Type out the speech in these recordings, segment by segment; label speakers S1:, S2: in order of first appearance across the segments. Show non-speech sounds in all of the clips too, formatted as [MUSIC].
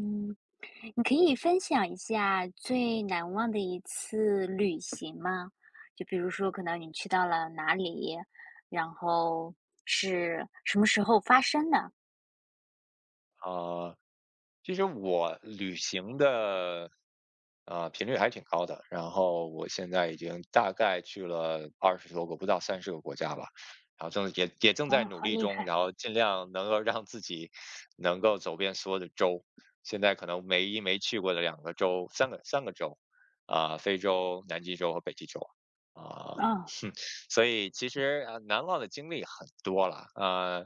S1: 嗯，你可以分享一下最难忘的一次旅行吗？就比如说，可能你去到了哪里，然后是什么时候发生的？
S2: 啊，其实我旅行的频率还挺高的，然后我现在已经大概去了20多个，不到30个国家吧，然后正也也正在
S1: 哦，
S2: 努
S1: 好
S2: 力
S1: 厉
S2: 中，然
S1: 害！
S2: 后尽量能够让自己能够走遍所有的州。现在可能唯一没去过的两个州，三个州，非洲、南极洲和北极洲，啊、
S1: 哦，
S2: 哼，[LAUGHS] 所以其实难忘的经历很多了，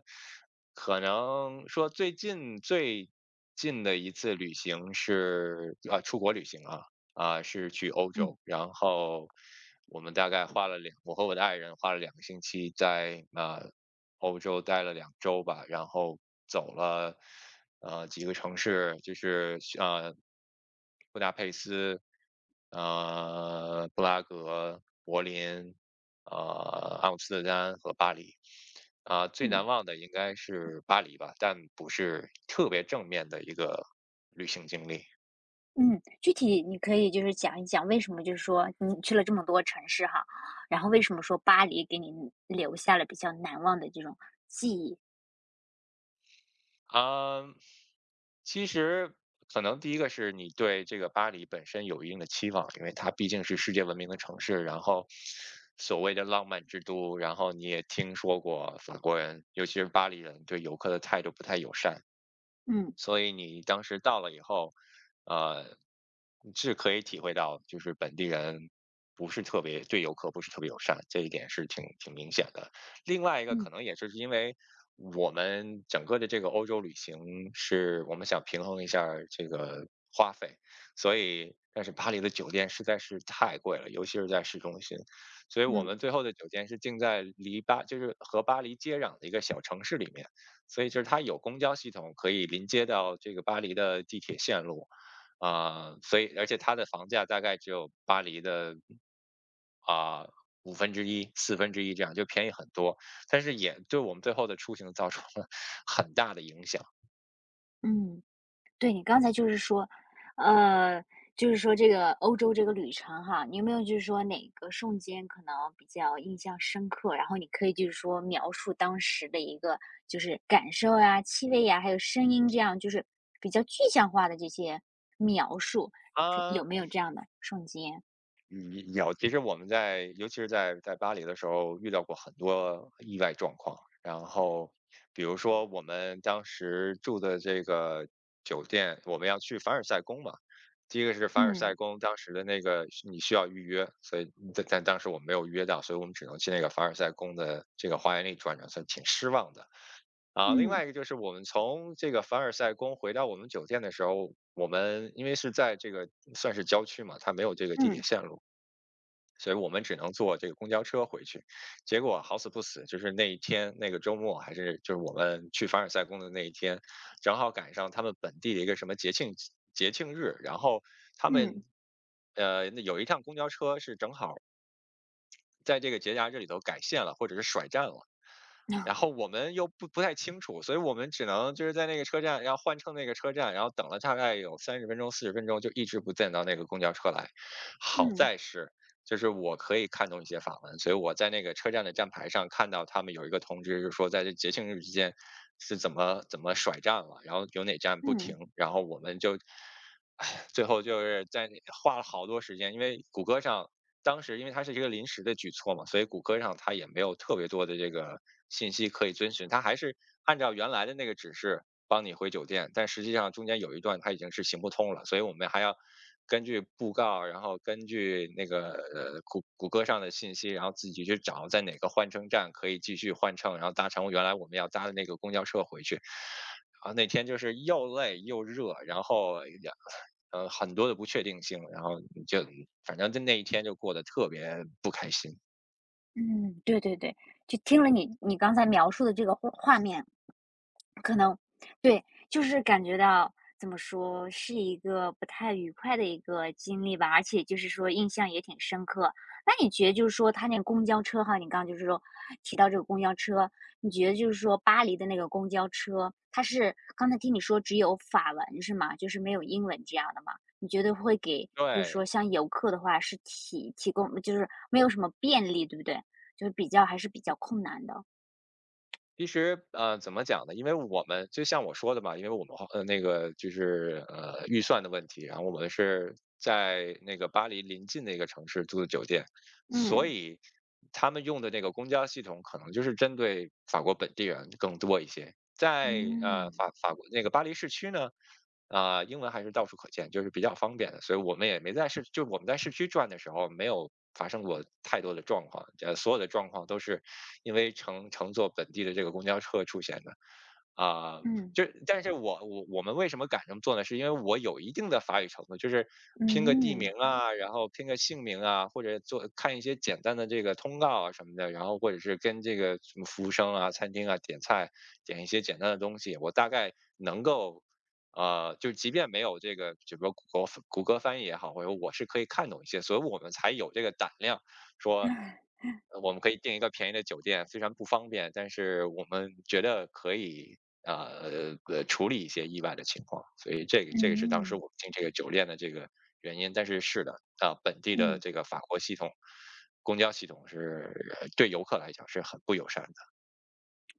S2: 可能说最近的一次旅行是出国旅行是去欧
S1: 嗯
S2: 洲，然后我们大概花了两，我和我的爱人花了2个星期在欧洲待了2周吧，然后走了几个城市，就是布达佩斯、布拉格、柏林、呃，阿姆斯特丹和巴黎。最难
S1: 嗯
S2: 忘的应该是巴黎吧，但不是特别正面的一个旅行经历。
S1: 嗯，具体你可以就是讲一讲为什么，就是说你去了这么多城市哈，然后为什么说巴黎给你留下了比较难忘的这种记忆？
S2: 啊、其实可能第一个是你对这个巴黎本身有一定的期望，因为它毕竟是世界闻名的城市，然后所谓的浪漫之都，然后你也听说过法国人，尤其是巴黎人对游客的态度不太友善，
S1: 嗯
S2: 所以你当时到了以后，呃，是可以体会到，就是本地人不是特别对游客不是特别友善，这一点是挺明显的。另外一个可
S1: 嗯
S2: 能也就是因为我们整个的这个欧洲旅行是我们想平衡一下儿这个花费，所以但是巴黎的酒店实在是太贵了，尤其是在市中心，所以我们
S1: 嗯
S2: 最后的酒店是定在就是和巴黎接壤的一个小城市里面。所以就是它有公交系统可以临接到这个巴黎的地铁线路，所以而且它的房价大概只有巴黎的啊1/5、1/4这样，就便宜很多，但是也对我们最后的出行造成了很大的影响。
S1: 嗯。对，你刚才就是说，呃，就是说这个欧洲这个旅程哈，你有没有就是说哪个瞬间可能比较印象深刻？然后你可以就是说描述当时的一个就是感受呀、气味呀，还有声音这样，就是比较具象化的这些描述，你可有
S2: 啊、
S1: 没有这样的瞬间？
S2: 其实我们尤其是在巴黎的时候遇到过很多意外状况，然后比如说我们当时住的这个酒店，我们要去凡尔赛宫嘛。第一个是凡尔赛
S1: 嗯
S2: 宫，当时的那个是你需要预约，所以但当时我们没有预约到，所以我们只能去那个凡尔赛宫的这个花园里转转，所以挺失望的。啊，另
S1: 嗯
S2: 外一个就是我们从这个凡尔赛宫回到我们酒店的时候，我们因为是在这个算是郊区嘛，它没有这个地铁
S1: 嗯
S2: 线路，所以我们只能坐这个公交车回去。结果好死不死，就是那一天那个周末，还是就是我们去凡尔赛宫的那一天，正好赶上他们本地的一个什么节庆日，然后他们
S1: 嗯
S2: 那有一趟公交车是正好在这个节假日里头改线了，或者是甩站了。
S1: 嗯
S2: 然后我们又不太清楚，所以我们只能就是在那个车站，要换乘那个车站，然后等了大概有30分钟、40分钟，就一直不见到那个公交车来。好
S1: 嗯
S2: 在是就是我可以看懂一些法文，所以我在那个车站的站牌上看到他们有一个通知，就是说在这节庆日之间是怎么怎么甩站了，然后有哪站不停，
S1: 嗯
S2: 然后我们就，唉，最后就是在那花了好多时间，因为谷歌上当时因为它是一个临时的举措嘛，所以谷歌上它也没有特别多的这个信息可以遵循，它还是按照原来的那个指示，帮你回酒店，但实际上中间有一段它已经是行不通了，所以我们还要根据布告，然后根据那个谷歌上的信息，然后自己去找在哪个换乘站可以继续换乘，然后搭乘原来我们要搭的那个公交车回去。然后那天就是又累又热，然后也很多的不确定性，然后就反正就那一天就过得特别不开心。
S1: 嗯，对对对，就听了你刚才描述的这个画面。可能对，就是感觉到怎么说，是一个不太愉快的一个经历吧，而且就是说印象也挺深刻。那你觉得就是说，他那个公交车哈，你刚刚就是说提到这个公交车，你觉得就是说巴黎的那个公交车，它是刚才听你说只有法文是吗？就是没有英文这样的吗？你觉得会给就是
S2: 对，
S1: 说像游客的话是提供就是没有什么便利，对不对？就是比较还是比较困难的。
S2: 其实，怎么讲呢？因为我们就像我说的嘛，因为我们花呃那个就是呃预算的问题，然后我们是在那个巴黎临近的一个城市住的酒店，所
S1: 嗯
S2: 以他们用的那个公交系统可能就是针对法国本地人更多一些。在
S1: 嗯。
S2: 法国那个巴黎市区呢，英文还是到处可见，就是比较方便的，所以我们也没在市，就我们在市区转的时候没有发生过太多的状况，所有的状况都是因为乘坐本地的这个公交车出现的，啊、
S1: 嗯。
S2: 就但是我们为什么敢这么做呢？是因为我有一定的法语程度，就是拼个
S1: 嗯
S2: 地名
S1: 嗯
S2: 啊，然后拼个姓名啊，或者看一些简单的这个通告啊什么的，然后或者是跟这个什么服务生啊、餐厅啊点一些简单的东西，我大概能够。就即便没有这个，只不过谷歌翻译也好，或者我是可以看懂一些，所以我们才有这个胆量说，我们可以订一个便宜的酒店，虽然不方便，但是我们觉得可以处理一些意外的情况，所以
S1: 嗯
S2: 这个是当时我
S1: 嗯，
S2: 们订这个酒店的这个原因。但是是的，啊、本地的
S1: 嗯。
S2: 这个法国系统公交系统是对游客来讲是很不友善的。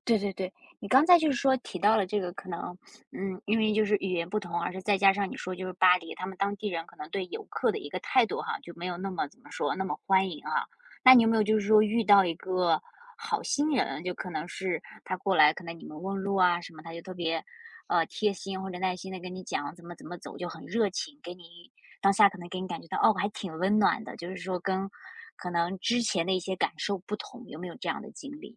S1: 对对对，你刚才就是说提到了这个可能，嗯，因为就是语言不同，而是再加上你说就是巴黎，他们当地人可能对游客的一个态度哈，就没有那么怎么说那么欢迎啊。那你有没有就是说遇到一个好心人，就可能是他过来，可能你们问路啊什么，他就特别贴心或者耐心的跟你讲怎么怎么走，就很热情，给你当下可能给你感觉到哦还挺温暖的，就是说跟可能之前的一些感受不同，有没有这样的经历？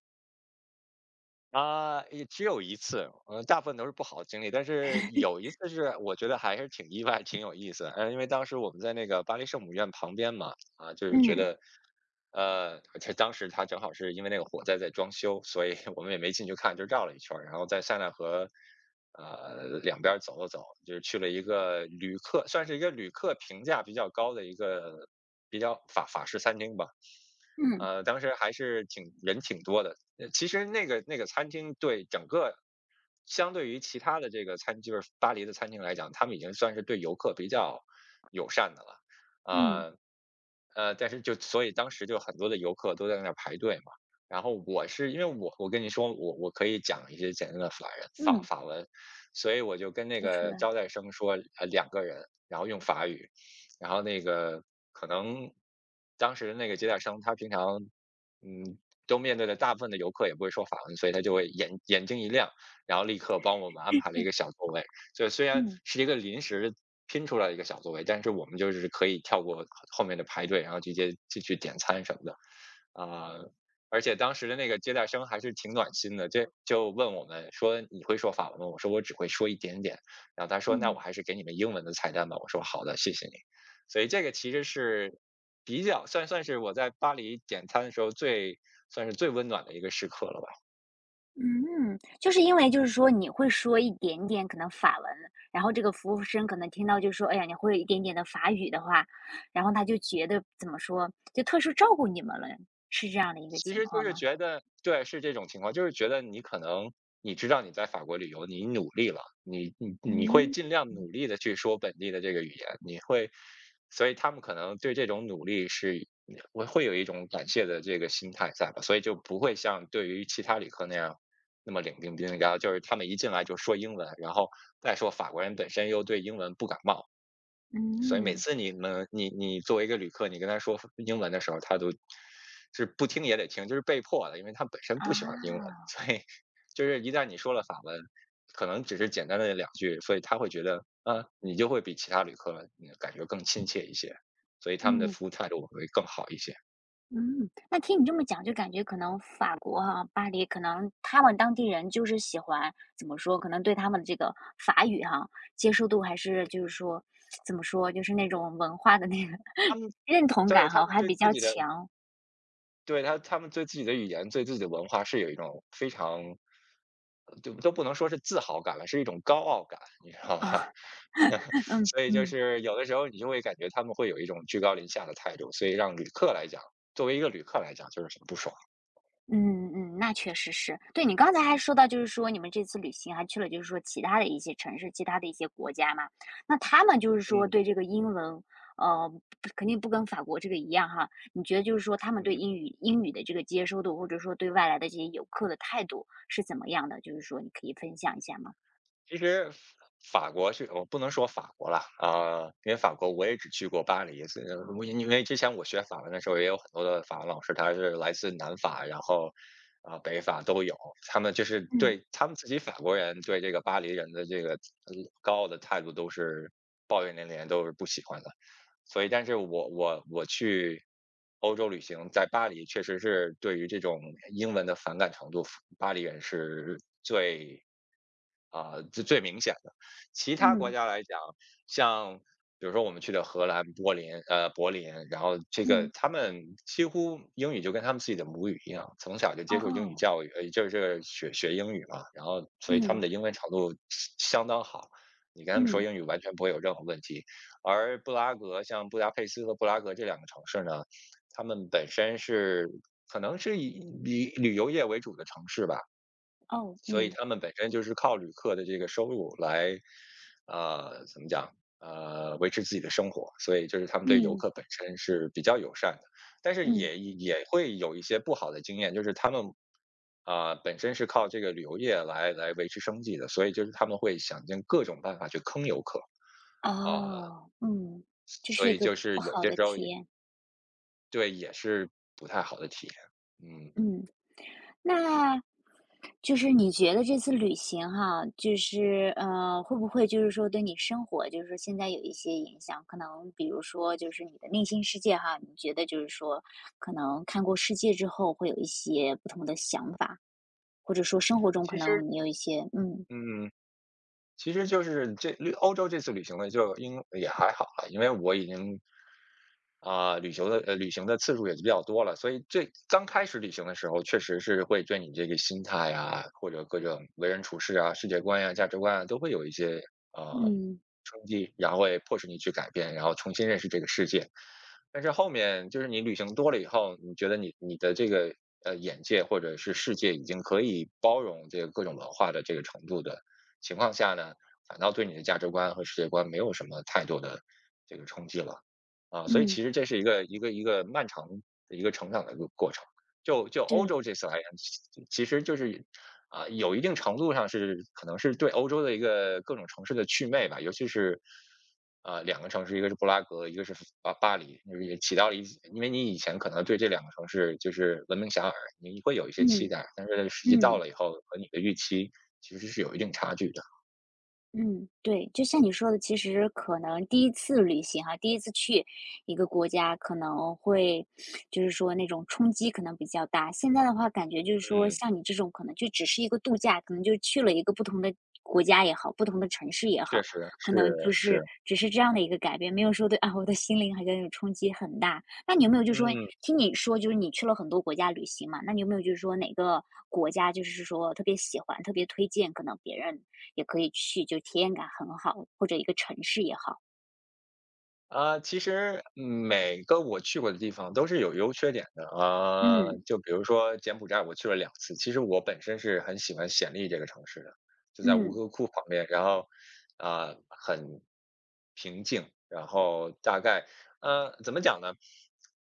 S2: 也只有一次，嗯，大部分都是不好的经历，但是有一次是我觉得还是挺意外、挺有意思的。因为当时我们在那个巴黎圣母院旁边嘛，啊，就是觉
S1: 嗯
S2: 得，呃，他当时它正好是因为那个火灾在装修，所以 [LAUGHS] 我们也没进去看，就绕了一圈儿，然后在塞纳河两边儿走了走，就是去了一个旅客，算是一个旅客评价比较高的一个比较法法式餐厅吧。
S1: 嗯。
S2: 当时还是挺多的。其实那个餐厅对整个相对于其他的这个就是巴黎的餐厅来讲，他们已经算是对游客比较友善的了。
S1: 嗯，
S2: 呃但是就所以当时就很多的游客都在那儿排队嘛。然后我是因为我跟你说我可以讲一些简单的法人法
S1: 嗯，
S2: 法文，所以我就跟那
S1: 基础
S2: 个
S1: 的，
S2: 招待生说两个人，然后用法语，然后那个可能当时那个接待生他平常，嗯，都面对的大部分的游客也不会说法文，所以他就会眼睛一亮，然后立刻帮我们安排了一个小座位。所以虽然
S1: 嗯，
S2: 是一个临时拼出来的一个小座位，但是我们就是可以跳过后面的排队，然后直接进去点餐什么的。啊，而且当时的那个接待生还是挺暖心的，就问我们说：“你会说法文吗？”我说：“我只会说一点点。”然后他说：“那我
S1: 嗯，
S2: 还是给你们英文的菜单吧。”我说：“好的，谢谢你。”所以这个其实是比较算是我在巴黎点餐的时候最算是最温暖的一个时刻了吧。
S1: 嗯，就是因为就是说你会说一点点可能法文，然后这个服务生可能听到就说，哎呀，你会一点点的法语的话，然后他就觉得怎么说，就特殊照顾你们了，是这样的一个
S2: 其
S1: 情
S2: 实就
S1: 况
S2: 是
S1: 吗？
S2: 觉得对，是这种情况，就是觉得你可能你知道你在法国旅游，你努力了，你会
S1: 嗯，
S2: 尽量努力的去说本地的这个语言，你会，所以他们可能对这种努力是我会有一种感谢的这个心态在吧，所以就不会像对于其他旅客那样那么冷冰冰，然后就是他们一进来就说英文，然后再说法国人本身又对英文不感冒。所以每
S1: 嗯，
S2: 次你们你你作为一个旅客，你跟他说英文的时候，他都是不听也得听，就是被迫的，因为他本身不喜欢英文，
S1: 啊，
S2: 所以就是一旦你说了法文，可能只是简单的两句，所以他会觉得，啊，你就会比其他旅客感觉更亲切一些，所以他们的
S1: 嗯。
S2: 服务态度会更好一些。
S1: 嗯，那听你这么讲，就感觉可能法国哈、巴黎，可能他们当地人就是喜欢怎么说，可能对他们这个法语哈、接受度还是就是说怎么说，就是那种文化的那个
S2: 他们
S1: [LAUGHS] 认同
S2: 对
S1: 感
S2: 他
S1: 哈、
S2: 们
S1: 还
S2: 对
S1: 比
S2: 自
S1: 较
S2: 己的
S1: 强
S2: 语言、对自己的文化是有一种非常，就都不能说是自豪感了，是一种高傲感，你知道吗？
S1: 啊。[LAUGHS]
S2: [LAUGHS]
S1: 嗯
S2: 所以就
S1: 嗯。
S2: 是有的时候你就会感觉他们会有一种居高临下的态度，所以让旅客来讲，作为一个旅客来讲就是很不爽。
S1: 嗯嗯，那确实是。对，你刚才还说到，就是说你们这次旅行还去了，就是说其他的一些城市、其他的一些国家嘛。那他们就是说
S2: 嗯
S1: 对这个英文，呃，不肯定不跟法国这个一样哈。你觉得就是说他们对
S2: 嗯，
S1: 英语的这个接收度，或者说对外来的这些游客的态度是怎么样的？就是说你可以分享一下吗？
S2: 其实法国是我不能说法国啦，啊、因为法国我也只去过巴黎，所以我因为之前我学法文的时候也有很多的法文老师，他是来自南法，然后。啊，北法都有，他们就是
S1: 嗯
S2: 对他们自己法国人对这个巴黎人的这个高傲的态度都是抱怨连连，都是不喜欢的。所以但是我去欧洲旅行，在巴黎确实是对于这种英文的反感程度，巴黎人是最啊，最明显的。其他国
S1: 嗯
S2: 家来讲，像比如说我们去的荷兰、柏林，柏林，然后这个
S1: 嗯，
S2: 他们几乎英语就跟他们自己的母语一样，从小就接受英语
S1: 哦，
S2: 教育，就是学英语嘛，然后所以他们
S1: 嗯
S2: 的英文程度相当好，你跟他们说
S1: 嗯
S2: 英语完全不会有任何问题。而布拉格，像布达佩斯和布拉格这两个城市呢，他们本身是可能是以旅游业为主的城市吧，
S1: 哦
S2: 所以
S1: 嗯
S2: 他们本身就是靠旅客的这个收入来，怎么讲？维持自己的生活，所以就是他们对游
S1: 嗯
S2: 客本身是比较友善的，但是
S1: 嗯
S2: 也会有一些不好的经验，就是他们，啊、本身是靠这个旅游业来维持生计的，所以就是他们会想尽各种办法去坑游客啊、
S1: 哦嗯，这
S2: 所
S1: 是一
S2: 以
S1: 个
S2: 就是
S1: 不
S2: 有
S1: 好
S2: 些
S1: 的
S2: 时候
S1: 体
S2: 也
S1: 验。
S2: 对，也是不太好的体验。嗯，
S1: 嗯。那就是你觉得这次旅行哈，就是，会不会就是说对你生活，就是说现在有一些影响？可能比如说就是你的内心世界哈，你觉得就是说可能看过世界之后会有一些不同的想法，或者说生活中可
S2: 其实
S1: 能你有一些嗯
S2: 嗯，其实就是欧洲这次旅行呢，就应也还好了，因为我已经啊，旅行的次数也是比较多了，所以最刚开始旅行的时候，确实是会对你这个心态啊，或者各种为人处事啊、世界观呀、价值观啊，都会有一些呃
S1: 嗯
S2: 冲击，然后会迫使你去改变，然后重新认识这个世界。但是后面就是你旅行多了以后，你觉得你的这个眼界或者是世界已经可以包容这个各种文化的这个程度的情况下呢，反倒对你的价值观和世界观没有什么太多的这个冲击了。啊，所以
S1: 嗯，
S2: 其实这是一个漫长的一个成长的一个过程。就欧
S1: 对，
S2: 洲这次来源，其实就是啊，有一定程度上是可能是对欧洲的一个各种城市的祛魅吧，尤其是啊，两个城市，一个是布拉格，一个是巴黎，就是也起到了一因为你以前可能对这两个城市就是闻名遐迩，你会有一些期
S1: 嗯
S2: 待，但是实际到
S1: 嗯。
S2: 了以后和你的预期其实是有一定差距的。
S1: 嗯，对，就像你说的，其实可能第一次旅行哈，第一次去一个国家，可能会就是说那种冲击可能比较大。现在的话，感觉就是说，
S2: 嗯，
S1: 像你这种可能就只是一个度假，可能就去了一个不同的国家也好，不同的城市也
S2: 确
S1: 好，
S2: 实，
S1: 可
S2: 是
S1: 能就是
S2: 是，
S1: 只是这样的一个改变，没有说对 [LAUGHS] 啊，我的心灵好像有冲击很大。那你有没有就说，
S2: 嗯。
S1: 听你说就是你去了很多国家旅行嘛？那你有没有就是说哪个国家就是说特别喜欢、特别推荐，可能别人也可以去，就体验感很好，或者一个城市也好。
S2: 啊，其实每个我去过的地方都是有优缺点的啊，
S1: 嗯
S2: 就比如说柬埔寨，我去了两次。其实我本身是很喜欢暹粒这个城市的，就在吴
S1: 嗯，
S2: 哥窟旁边，然后啊、很平静，然后大概怎么讲呢？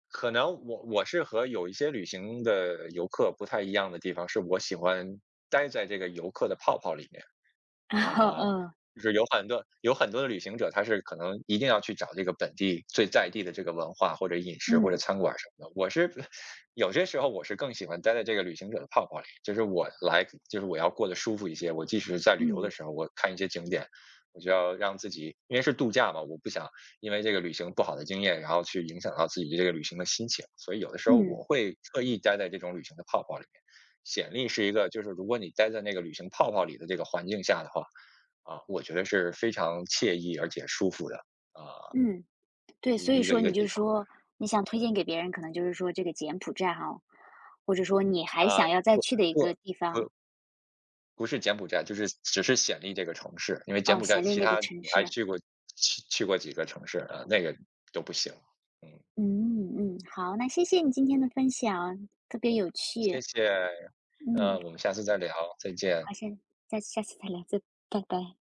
S2: 可能我是和有一些旅行的游客不太一样的地方，是我喜欢待在这个游客的泡泡里面。
S1: [LAUGHS] 然后
S2: 啊，
S1: 嗯
S2: 就是有很多的旅行者，他是可能一定要去找这个本地最在地的这个文化或者饮食或者
S1: 嗯
S2: 餐馆什么的。我是 [LAUGHS] 有些时候我是更喜欢待在这个旅行者的泡泡里，就是我来，就是我要过得舒服一些。我即使是在旅游的
S1: 嗯
S2: 时候，我看一些景点，我就要让自己，因为是度假嘛，我不想因为这个旅行不好的经验，然后去影响到自己对这个旅行的心情。所以有的时候
S1: 嗯
S2: 我会特意待在这种旅行的泡泡里面。显力是一个，就是如果你待在那个旅行泡泡里的这个环境下的话，啊，我觉得是非常惬意而且舒服的，啊，
S1: 嗯，对，
S2: 一
S1: 所以
S2: 一个
S1: 说
S2: 一
S1: 你
S2: 个
S1: 就
S2: 地方。
S1: 说你想推荐给别人，可能就是说这个柬埔寨哈，或者说你还
S2: 啊，
S1: 想要再
S2: 不
S1: 去的一个
S2: 不
S1: 地方，
S2: 不不是柬埔寨，就是只是暹粒这个城市，因为柬
S1: 哦，
S2: 埔寨
S1: 想念
S2: 其
S1: 那
S2: 他
S1: 个城
S2: 我还
S1: 市。
S2: 去过几个城市，啊，那个都不行。嗯，
S1: 嗯嗯，好，那谢谢你今天的分享，特别有
S2: 谢
S1: 趣。
S2: 谢，
S1: 嗯，
S2: 我们下次再聊，再见。
S1: 好，下次再聊，再拜拜。